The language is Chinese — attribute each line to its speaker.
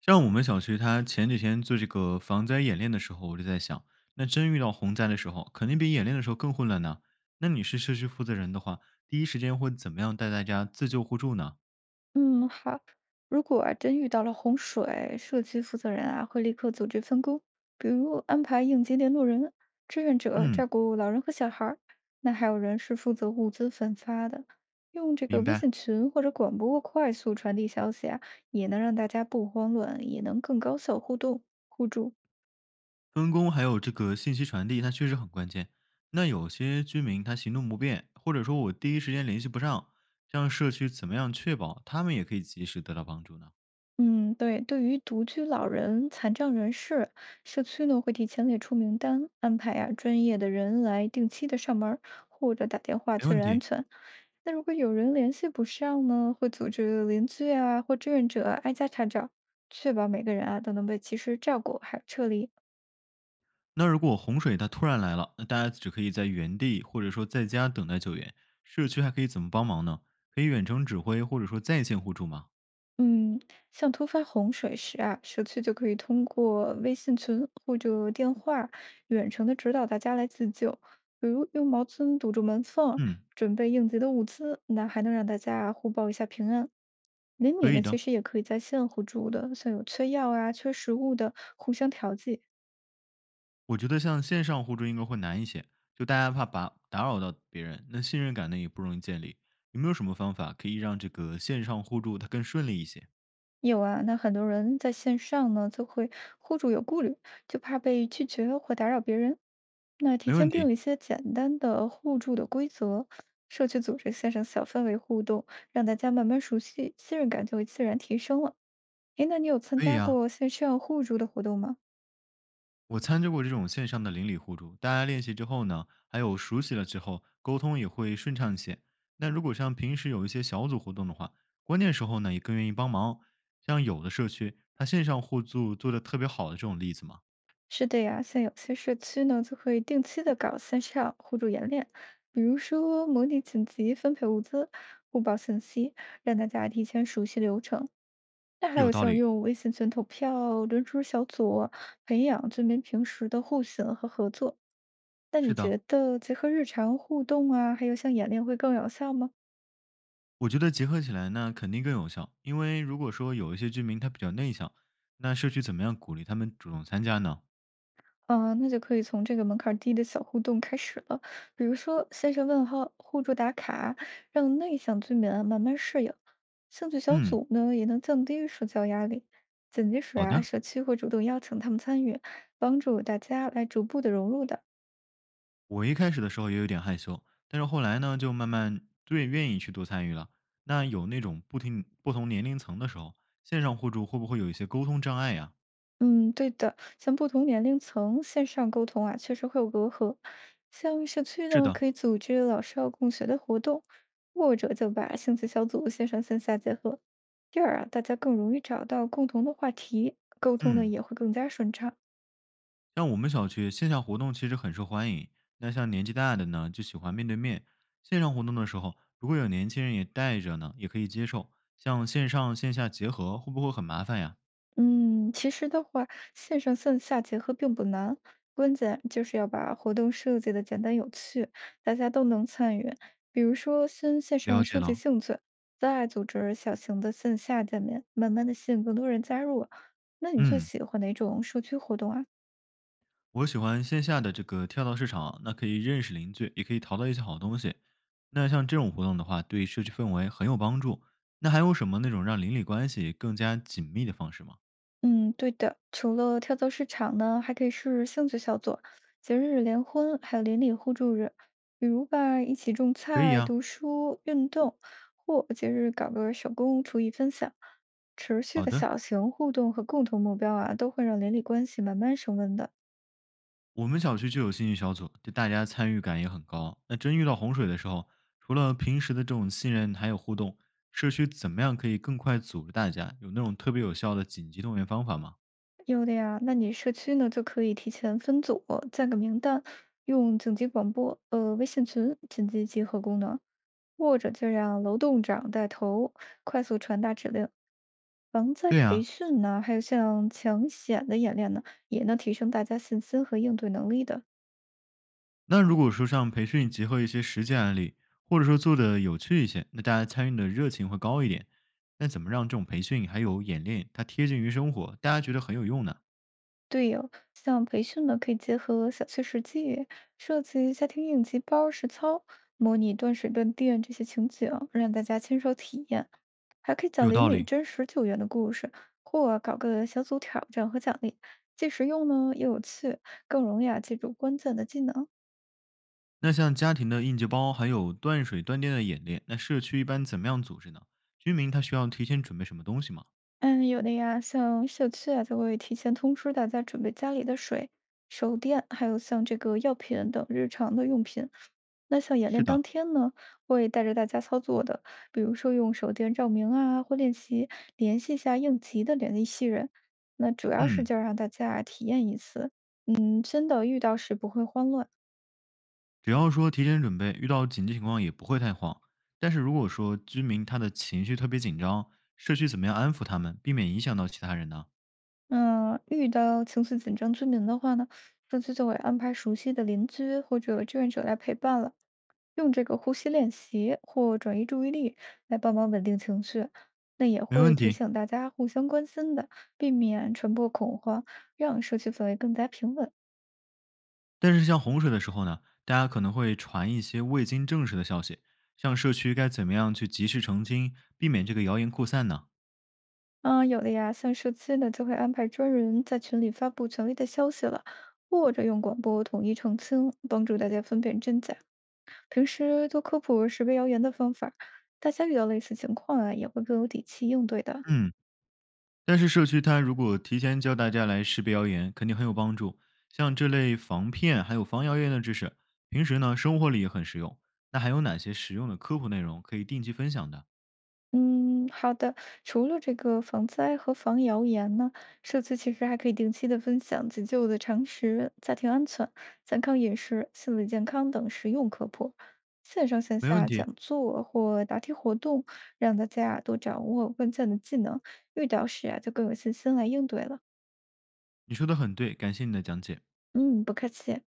Speaker 1: 像我们小区，它前几天做这个防灾演练的时候，我就在想，那真遇到洪灾的时候，肯定比演练的时候更混乱呢。那你是社区负责人的话，第一时间会怎么样带大家自救互助呢？
Speaker 2: 嗯，好。如果啊真遇到了洪水，社区负责人啊会立刻组织分工，比如安排应急联络人、志愿者
Speaker 1: 嗯，
Speaker 2: 照顾老人和小孩儿，那还有人是负责物资分发的，用这个
Speaker 1: 明
Speaker 2: 微
Speaker 1: 白。
Speaker 2: 信群或者广播快速传递消息啊，也能让大家不慌乱，也能更高效互助。
Speaker 1: 分工还有这个信息传递，它确实很关键。那有些居民他行动不便，或者说我第一时间联系不上，这样社区怎么样确保他们也可以及时得到帮助呢？
Speaker 2: 嗯，对，对于独居老人、残障人士，社区呢会提前列出名单，安排啊专业的人来定期的上门儿，或者打电话
Speaker 1: 没
Speaker 2: 确
Speaker 1: 问
Speaker 2: 认
Speaker 1: 题。
Speaker 2: 安全。那如果有人联系不上呢，会组织邻居啊或志愿者挨家查找，确保每个人啊都能被及时照顾还有撤离。
Speaker 1: 那如果洪水它突然来了，那大家只可以在原地或者说在家等待救援，社区还可以怎么帮忙呢？可以远程指挥或者说在线互助吗？
Speaker 2: 嗯，像突发洪水时啊，社区就可以通过微信群或者电话远程的指导大家来自救，比如用毛巾堵住门缝，
Speaker 1: 嗯，
Speaker 2: 准备应急的物资，那还能让大家互报一下平安。邻里
Speaker 1: 可以
Speaker 2: 呢，
Speaker 1: 的。
Speaker 2: 其实也可以在线互助的，像有缺药啊、缺食物的，互相调剂，
Speaker 1: 我觉得像线上互助应该会难一些，就大家怕把打扰到别人，那信任感呢也不容易建立。有没有什么方法可以让这个线上互助它更顺利一些？
Speaker 2: 有啊，那很多人在线上呢，就会互助有顾虑，就怕被拒绝或打扰别人。那提
Speaker 1: 没问
Speaker 2: 前
Speaker 1: 题，
Speaker 2: 定一些简单的互助的规则，社区组织线上小氛围互动，让大家慢慢熟悉，信任感就会自然提升了。诶，那你有参
Speaker 1: 可以
Speaker 2: 加
Speaker 1: 呀、
Speaker 2: 过线上互助的活动吗？
Speaker 1: 我参加过这种线上的邻里互助，大家练习之后呢，还有熟悉了之后，沟通也会顺畅一些。那如果像平时有一些小组活动的话，关键时候呢也更愿意帮忙。像有的社区，它线上互助做的特别好的这种例子嘛，
Speaker 2: 是的呀，像有些社区呢，就会定期的搞线上互助演练，比如说模拟紧急分配物资、互报信息，让大家提前熟悉流程。那还
Speaker 1: 有
Speaker 2: 有
Speaker 1: 道
Speaker 2: 像
Speaker 1: 理。
Speaker 2: 用微信群投票、轮值小组培养居民平时的互信和合作。那
Speaker 1: 是
Speaker 2: 你
Speaker 1: 的，
Speaker 2: 觉得结合日常互动啊，还有像演练会更有效吗？
Speaker 1: 我觉得结合起来呢肯定更有效，因为如果说有一些居民他比较内向，那社区怎么样鼓励他们主动参加呢？
Speaker 2: 嗯、那就可以从这个门槛儿低的小互动开始了，比如说先上问候、互助打卡，让内向居民啊慢慢适应。兴趣小
Speaker 1: 嗯，
Speaker 2: 组呢，也能降低社交压力。紧急时
Speaker 1: 好
Speaker 2: 啊，
Speaker 1: 的。
Speaker 2: 社区会主动邀请他们参与，帮助大家来逐步的融入的。
Speaker 1: 我一开始的时候也有点害羞，但是后来呢，就慢慢最愿意去多参与了。那有那种不停不同年龄层的时候，线上互助会不会有一些沟通障碍呀？
Speaker 2: 嗯，对的，像不同年龄层线上沟通啊，确实会有隔阂。像社区
Speaker 1: 是
Speaker 2: 呢，
Speaker 1: 的，
Speaker 2: 可以组织老少共学的活动，或者就把兴趣小组线上线下结合，这样啊，大家更容易找到共同的话题，沟通呢
Speaker 1: 嗯，
Speaker 2: 也会更加顺畅。
Speaker 1: 像我们小区线下活动其实很受欢迎，那像年纪大的呢，就喜欢面对面。线上活动的时候，如果有年轻人也带着呢，也可以接受。像线上线下结合，会不会很麻烦呀？
Speaker 2: 嗯，其实的话，线上线下结合并不难，关键就是要把活动设计的简单有趣，大家都能参与。比如说，先线上
Speaker 1: 了解
Speaker 2: 收集
Speaker 1: 了，
Speaker 2: 兴趣，再组织小型的线下见面，慢慢的吸引更多人加入啊。那你最
Speaker 1: 嗯。
Speaker 2: 喜欢哪种社区活动啊？
Speaker 1: 我喜欢线下的这个跳蚤市场，那可以认识邻居，也可以淘到一些好东西。那像这种活动的话，对社区氛围很有帮助。那还有什么那种让邻里关系更加紧密的方式吗？
Speaker 2: 嗯，对的。除了跳蚤市场呢，还可以是兴趣小组、节日联欢，还有邻里互助日。比如吧，一起种
Speaker 1: 可以
Speaker 2: 菜、
Speaker 1: 呀、
Speaker 2: 读书、运动，或节日搞个手工厨艺分享。持续
Speaker 1: 好
Speaker 2: 的
Speaker 1: 的，
Speaker 2: 小型互动和共同目标啊，都会让邻里关系慢慢升温的。
Speaker 1: 我们小区就有兴趣小组，对大家参与感也很高。那真遇到洪水的时候，除了平时的这种信任，还有互动，社区怎么样可以更快组织大家？有那种特别有效的紧急动员方法吗？
Speaker 2: 有的呀，那你社区呢就可以提前分组，建个名单，用紧急广播、微信群紧急集合功能，或者就让楼栋长带头快速传达指令。防灾
Speaker 1: 对
Speaker 2: 培
Speaker 1: 呀、
Speaker 2: 训呢，还有像抢险的演练呢，也能提升大家信心和应对能力的。
Speaker 1: 那如果说像培训结合一些实际案例，或者说做的有趣一些，那大家参与的热情会高一点。那怎么让这种培训还有演练它贴近于生活，大家觉得很有用呢？
Speaker 2: 对哦，像培训呢，可以结合小区实际，设计家庭应急包实操，模拟断水断电这些情景，让大家亲手体验。还可以讲
Speaker 1: 有
Speaker 2: 邻
Speaker 1: 道
Speaker 2: 里
Speaker 1: 理。
Speaker 2: 真实救援的故事，或搞个小组挑战和奖励，既实用呢又有趣，更容易啊记住关键的技能。
Speaker 1: 那像家庭的应急包，还有断水断电的演练，那社区一般怎么样组织呢？居民他需要提前准备什么东西吗？
Speaker 2: 嗯，有的呀，像社区啊，就会提前通知大家准备家里的水、手电，还有像这个药品等日常的用品。那像演
Speaker 1: 是
Speaker 2: 练
Speaker 1: 的，
Speaker 2: 当天呢，会带着大家操作的，比如说用手电照明啊，或练习联系一下应急的联系人。那主要是
Speaker 1: 嗯，
Speaker 2: 就让大家体验一次，嗯，真的遇到时不会慌乱。
Speaker 1: 只要说提前准备，遇到紧急情况也不会太慌。但是如果说居民他的情绪特别紧张，社区怎么样安抚他们，避免影响到其他人呢？
Speaker 2: 嗯，遇到情绪紧张、居民的话呢，社区就会安排熟悉的邻居或者志愿者来陪伴了，用这个呼吸练习或转移注意力来帮忙稳定情绪。那也
Speaker 1: 没
Speaker 2: 会
Speaker 1: 问
Speaker 2: 提
Speaker 1: 题，
Speaker 2: 醒大家互相关心的，避免传播恐慌，让社区氛围更加平稳。
Speaker 1: 但是像洪水的时候呢，大家可能会传一些未经证实的消息，像社区该怎么样去及时澄清，避免这个谣言扩散呢？
Speaker 2: 嗯，有的呀，像社区呢就会安排专人在群里发布权威的消息了，或者用广播统一澄清，帮助大家分辨真假。平时多科普识别谣言的方法大家遇到类似情况啊，也会更有底气应对的。
Speaker 1: 嗯，但是社区它如果提前教大家来识别谣言，肯定很有帮助。像这类防骗还有防谣言的知识，平时呢生活里也很实用。那还有哪些实用的科普内容可以定期分享的？
Speaker 2: 嗯，好的。除了这个防灾和防谣言呢，社区其实还可以定期的分享急救的常识、家庭安全、健康饮食、心理健康等实用科普。线上线
Speaker 1: 没问
Speaker 2: 下
Speaker 1: 题，
Speaker 2: 讲座或答题活动，让大家啊多掌握关键的技能，遇到时啊就更有信心来应对了。
Speaker 1: 你说的很对，感谢你的讲解。
Speaker 2: 嗯，不客气。